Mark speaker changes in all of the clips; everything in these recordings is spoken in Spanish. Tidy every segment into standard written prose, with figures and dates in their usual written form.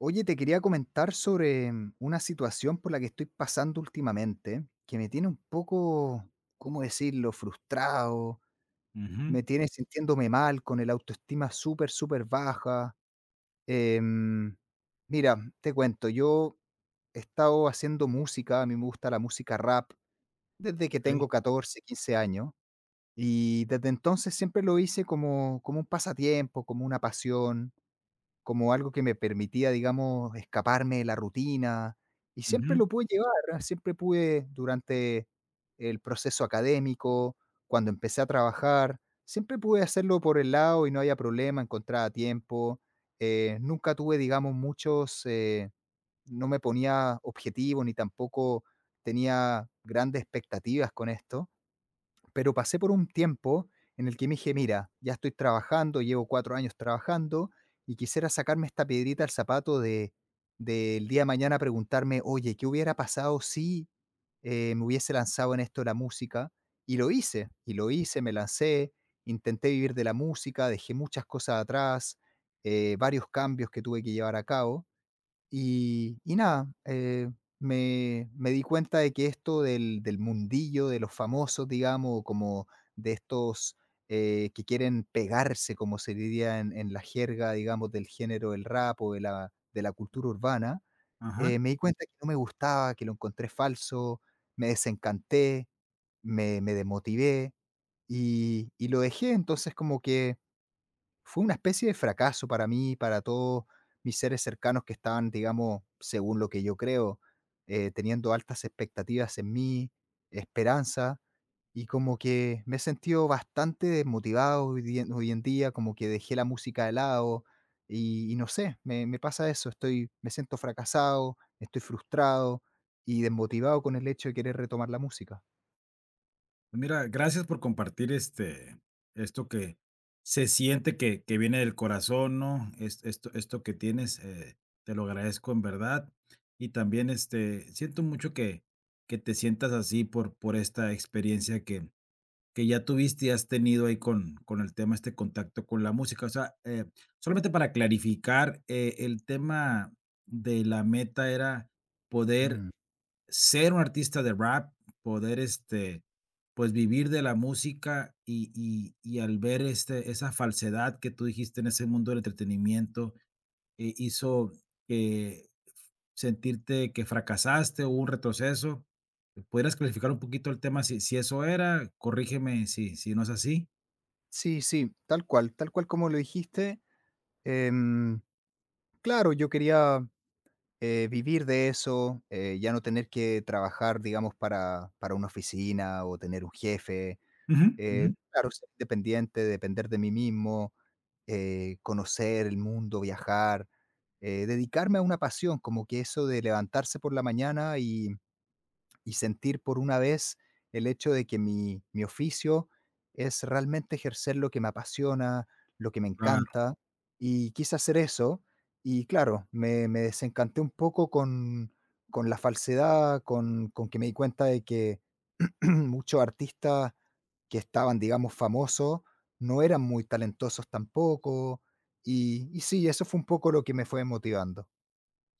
Speaker 1: Oye, te quería comentar sobre una situación por la que estoy pasando últimamente, que me tiene un poco, ¿cómo decirlo?, frustrado,
Speaker 2: Ujú,
Speaker 1: me tiene sintiéndome mal, con el autoestima súper, súper baja. Em, Mira, te cuento, yo he estado haciendo música. A mí me gusta la música rap desde que
Speaker 2: okey,
Speaker 1: tengo 14 15 años, y desde entonces siempre lo hice como, como un pasatiempo, como una pasión, como algo que me permitía, digamos, escaparme de la rutina, y siempre
Speaker 2: ujú,
Speaker 1: lo pude llevar, ¿eh? Siempre pude durante el proceso académico, cuando empecé a trabajar, siempre pude hacerlo por el lado y no había problema, encontraba tiempo. Nunca tuve, digamos, muchos, no me ponía objetivos ni tampoco tenía grandes expectativas con esto. Pero pasé por un tiempo en el que me dije, mira, ya estoy trabajando, llevo 4 años trabajando y quisiera sacarme esta piedrita al zapato de del día de mañana preguntarme, oye, ¿qué hubiera pasado si me hubiese lanzado en esto de la música? Y lo hice, me lancé, intenté vivir de la música, dejé muchas cosas atrás, varios cambios que tuve que llevar a cabo y nada. Me di cuenta de que esto del mundillo de los famosos, digamos, como de estos, que quieren pegarse, como se diría en la jerga, digamos, del género del rap o de la cultura urbana,
Speaker 2: ajá.
Speaker 1: me di cuenta que no me gustaba, que lo encontré falso, me desencanté, me desmotivé y lo dejé. Entonces, como que fue una especie de fracaso para mí, para todos mis seres cercanos que estaban, digamos, según lo que yo creo, teniendo altas expectativas en mí, esperanza, y como que me he sentido bastante desmotivado hoy en día, como que dejé la música de lado, y no sé, me pasa eso, estoy, me siento fracasado, estoy frustrado y desmotivado con el hecho de querer retomar la música.
Speaker 2: Pues mira, gracias por compartir, esto que se siente que viene del corazón, ¿no? Es esto que tienes, te lo agradezco en verdad. Y también, siento mucho que te sientas así por esta experiencia que ya tuviste y has tenido ahí con el tema, este contacto con la música. O sea, solamente para clarificar, el tema de la meta era poder
Speaker 1: Mm.
Speaker 2: ser un artista de rap, poder pues vivir de la música y al ver esa falsedad que tú dijiste en ese mundo del entretenimiento, hizo que sentirte que fracasaste o hubo un retroceso. ¿Podrías clarificar un poquito el tema si eso era? Corrígeme si no es así.
Speaker 1: Sí, sí, tal cual como lo dijiste. em, claro, yo quería vivir de eso. Ya no tener que trabajar, digamos, para una oficina o tener un jefe.
Speaker 2: Ujú, ujú.
Speaker 1: Claro, ser independiente, depender de mí mismo, conocer el mundo, viajar, dedicarme a una pasión, como que eso de levantarse por la mañana y sentir por una vez el hecho de que mi oficio es realmente ejercer lo que me apasiona, lo que me
Speaker 2: Claro,
Speaker 1: encanta, y quise hacer eso, y claro, me desencanté un poco con la falsedad, con que me di cuenta de que muchos artistas que estaban, digamos, famosos, no eran muy talentosos tampoco, y sí, eso fue un poco lo que me fue motivando.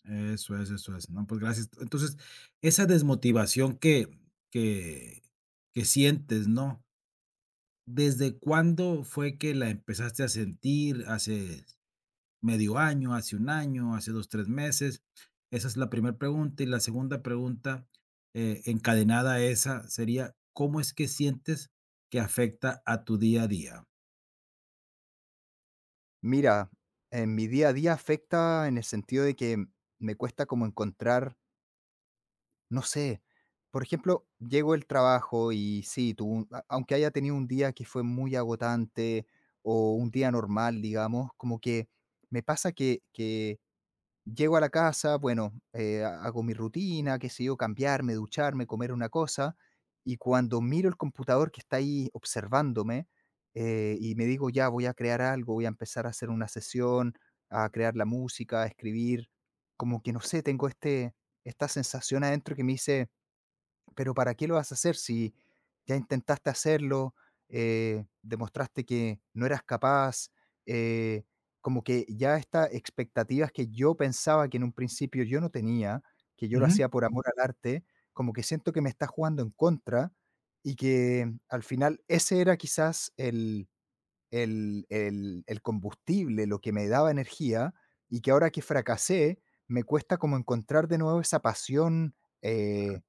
Speaker 2: eso es, eso es. No, pues gracias. Entonces, esa desmotivación que, que sientes, ¿no? ¿Desde cuándo fue que la empezaste a sentir? ¿Hace medio año, hace un año, hace 2, 3 meses? Esa es la primera pregunta. Y la segunda pregunta, encadenada a esa, sería, ¿cómo es que sientes que afecta a tu día a día?
Speaker 1: Mira, en mi día a día afecta en el sentido de que me cuesta como encontrar, no sé, por ejemplo, llego el trabajo y sí, tuve aunque haya tenido un día que fue muy agotante o un día normal, digamos, como que me pasa que llego a la casa, bueno, hago mi rutina, qué sé yo, cambiarme, ducharme, comer una cosa, y cuando miro el computador que está ahí observándome, y me digo, ya voy a crear algo, voy a empezar a hacer una sesión, a crear la música, a escribir, como que no sé, tengo este, esta sensación adentro que me dice, pero ¿para qué lo vas a hacer si ya intentaste hacerlo, demostraste que no eras capaz? eh, Como que ya estas expectativas que yo pensaba que en un principio yo no tenía, que yo lo
Speaker 2: Ujú.
Speaker 1: hacía por amor al arte, como que siento que me está jugando en contra y que al final ese era quizás el, el combustible, lo que me daba energía y que ahora que fracasé, me cuesta como encontrar de nuevo esa pasión. eh,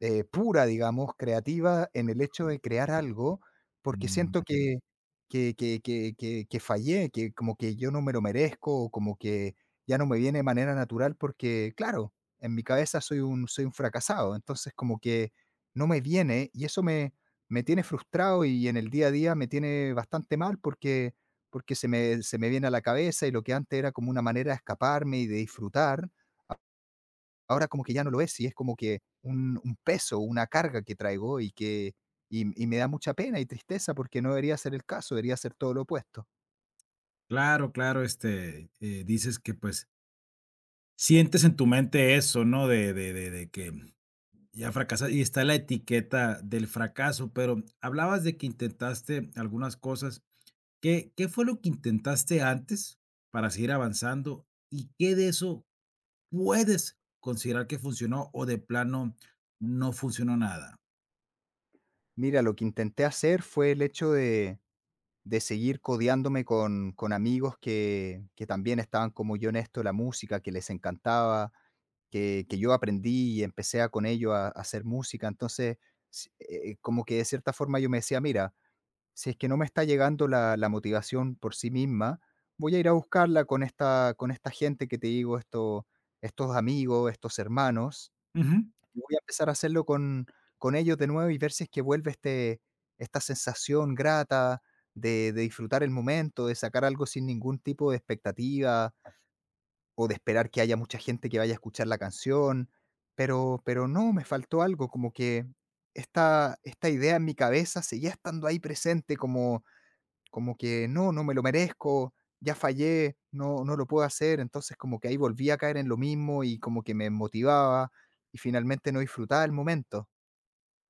Speaker 1: pura, digamos, creativa en el hecho de crear algo, porque
Speaker 2: Mm.
Speaker 1: siento que que fallé, que como que yo no me lo merezco, o como que ya no me viene de manera natural porque, claro, en mi cabeza soy un fracasado. Entonces, como que no me viene y eso me tiene frustrado y en el día a día me tiene bastante mal porque porque se me viene a la cabeza y lo que antes era como una manera de escaparme y de disfrutar, ahora como que ya no lo es, y es como que un peso, una carga que traigo y que y me da mucha pena y tristeza porque no debería ser el caso, debería ser todo lo opuesto.
Speaker 2: Claro, claro, dices que, pues, sientes en tu mente eso, ¿no? De que ya fracasaste y está la etiqueta del fracaso, pero hablabas de que intentaste algunas cosas. ¿Qué fue lo que intentaste antes para seguir avanzando? ¿Y qué de eso puedes considerar que funcionó o de plano no funcionó nada?
Speaker 1: Mira, lo que intenté hacer fue el hecho de seguir codeándome con amigos que también estaban como yo en esto de la música, que les encantaba, que yo aprendí y empecé a con ellos a hacer música. Entonces, s como que de cierta forma yo me decía: "Mira, si es que no me está llegando la, la motivación por sí misma, voy a ir a buscarla con esta gente que te digo, esto, estos amigos, estos hermanos,
Speaker 2: Ujú,
Speaker 1: y voy a empezar a hacerlo con ellos de nuevo y ver si es que vuelve este, esta sensación grata de disfrutar el momento, de sacar algo sin ningún tipo de expectativa o de esperar que haya mucha gente que vaya a escuchar la canción, pero no, me faltó algo, como que esta idea en mi cabeza seguía estando ahí presente como como que no, no me lo merezco, ya fallé, no, no lo puedo hacer. Entonces como que ahí volví a caer en lo mismo y como que me motivaba y finalmente no disfrutaba el momento".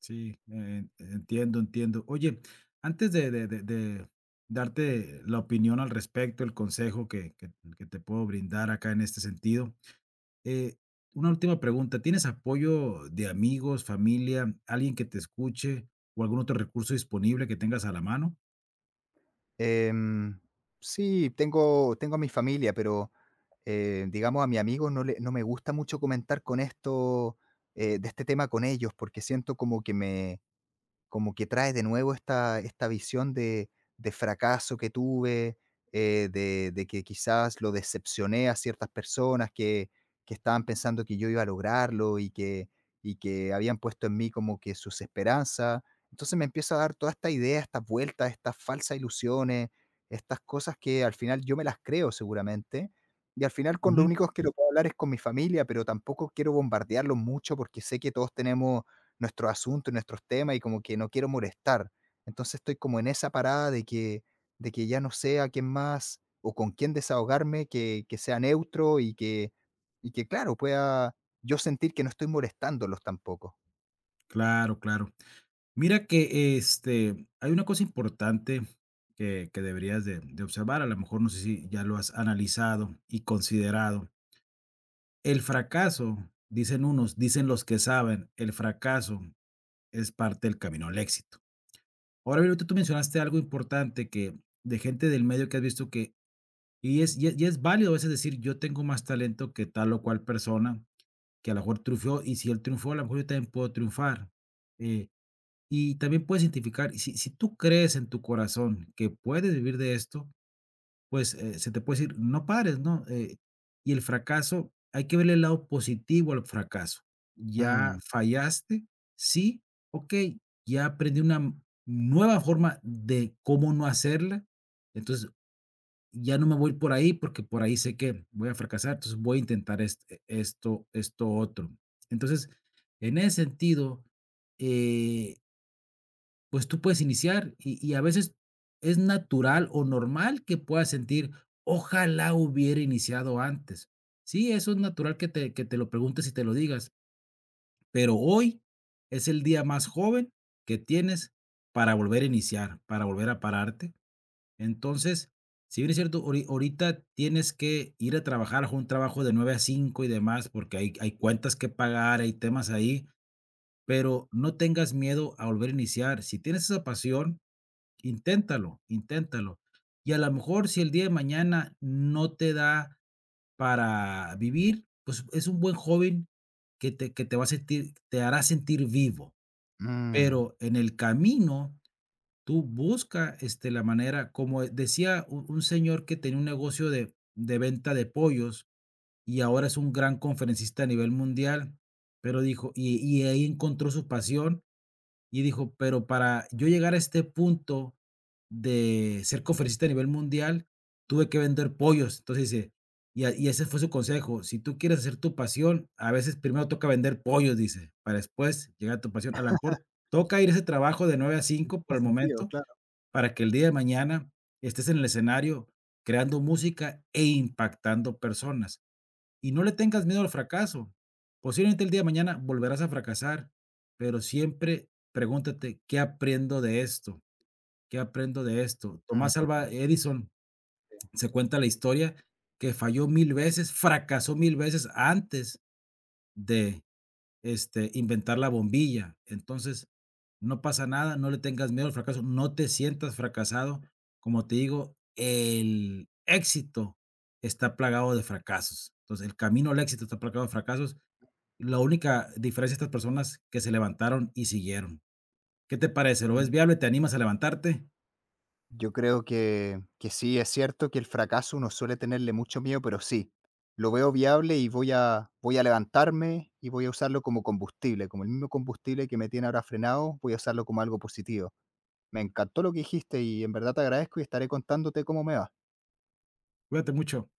Speaker 2: sí, en entiendo, entiendo. Oye, antes de darte la opinión al respecto, el consejo que te puedo brindar acá en este sentido, eh, una última pregunta, ¿tienes apoyo de amigos, familia, alguien que te escuche o algún otro recurso disponible que tengas a la mano?
Speaker 1: Em, sí, tengo, tengo a mi familia, pero digamos a mi amigo no, le, no me gusta mucho comentar con esto, de este tema con ellos, porque siento como que me, como que traes de nuevo esta, esta visión de fracaso que tuve, de que quizás lo decepcioné a ciertas personas que estaban pensando que yo iba a lograrlo y que habían puesto en mí como que sus esperanzas. Entonces me empieza a dar toda esta idea, estas vueltas, estas falsas ilusiones, estas cosas que al final yo me las creo seguramente. Y al final con lo único que lo puedo hablar es con mi familia, pero tampoco quiero bombardearlos mucho porque sé que todos tenemos nuestros asuntos, nuestros temas y como que no quiero molestar. Entonces estoy como en esa parada de que ya no sé a quién más o con quién desahogarme, que sea neutro y que, claro, pueda yo sentir que no estoy molestándolos tampoco.
Speaker 2: Claro, claro. Mira que, hay una cosa importante que deberías de observar, a lo mejor no sé si ya lo has analizado y considerado. El fracaso, dicen unos, dicen los que saben, el fracaso es parte del camino al éxito. Ahora bien, ahorita tú mencionaste algo importante que de gente del medio que has visto que y es válido a veces decir: "Yo tengo más talento que tal o cual persona que a lo mejor triunfó, y si él triunfó, a lo mejor yo también puedo triunfar". Eh, Y también puedes identificar, y si tú crees en tu corazón que puedes vivir de esto, pues, se te puede decir: "No pares", ¿no? Y el fracaso, hay que verle el lado positivo al fracaso. Ya
Speaker 1: Mm,
Speaker 2: fallaste, sí, okey, ya aprendí una m nueva forma de cómo no hacerla, entonces, ya no me voy por ahí, porque por ahí sé que voy a fracasar, entonces voy a intentar esto otro. Entonces, en ese sentido, eh pues tú puedes iniciar y a veces es natural o normal que puedas sentir, ojalá hubiera iniciado antes. Sí, eso es natural que te lo preguntes y te lo digas, pero hoy es el día más joven que tienes para volver a iniciar, para volver a pararte. Entonces, si bien es cierto, ahorita tienes que ir a trabajar a un trabajo de 9 a 5 y demás, porque hay cuentas que pagar, hay temas ahí, pero no tengas miedo a volver a iniciar. Si tienes esa pasión, inténtalo, inténtalo. Y a lo mejor, si el día de mañana no te da para vivir, pues es un buen joven que te hará sentir vivo.
Speaker 1: mm.
Speaker 2: Pero en el camino, tú busca, la manera, como decía un señor que tenía un negocio de venta de pollos y ahora es un gran conferencista a nivel mundial, pero dijo y ahí encontró su pasión y dijo, pero para yo llegar a este punto de ser conferencista a nivel mundial, tuve que vender pollos. Entonces dice, y ese fue su consejo, si tú quieres hacer tu pasión, a veces primero toca vender pollos, dice, para después llegar a tu pasión. A lo mejor toca ir a ese trabajo de 9 a 5 por
Speaker 1: Más
Speaker 2: el
Speaker 1: sentido,
Speaker 2: momento,
Speaker 1: claro.
Speaker 2: para que el día de mañana estés en el escenario creando música e impactando personas. Y no le tengas miedo al fracaso. Posiblemente el día de mañana volverás a fracasar, pero siempre pregúntate, ¿qué aprendo de esto? ¿Qué aprendo de esto? Tomás
Speaker 1: Mm,
Speaker 2: Alva Edison, se cuenta la historia que falló 1000 veces, fracasó 1000 veces antes de inventar la bombilla. Entonces, no pasa nada, no le tengas miedo al fracaso, no te sientas fracasado. Como te digo, el éxito está plagado de fracasos. Entonces, el camino al éxito está plagado de fracasos, la única diferencia de estas personas que se levantaron y siguieron. ¿Qué te parece? ¿Lo
Speaker 1: sí.
Speaker 2: ves viable? ¿Te animas a levantarte?
Speaker 1: Yo creo que sí, es cierto que el fracaso uno suele tenerle mucho miedo, pero sí, lo veo viable y voy a, voy a levantarme y voy a usarlo como combustible, como el mismo combustible que me tiene ahora frenado, voy a usarlo como algo positivo. Me encantó lo que dijiste y en verdad te agradezco y estaré contándote cómo me va.
Speaker 2: Cuídate mucho.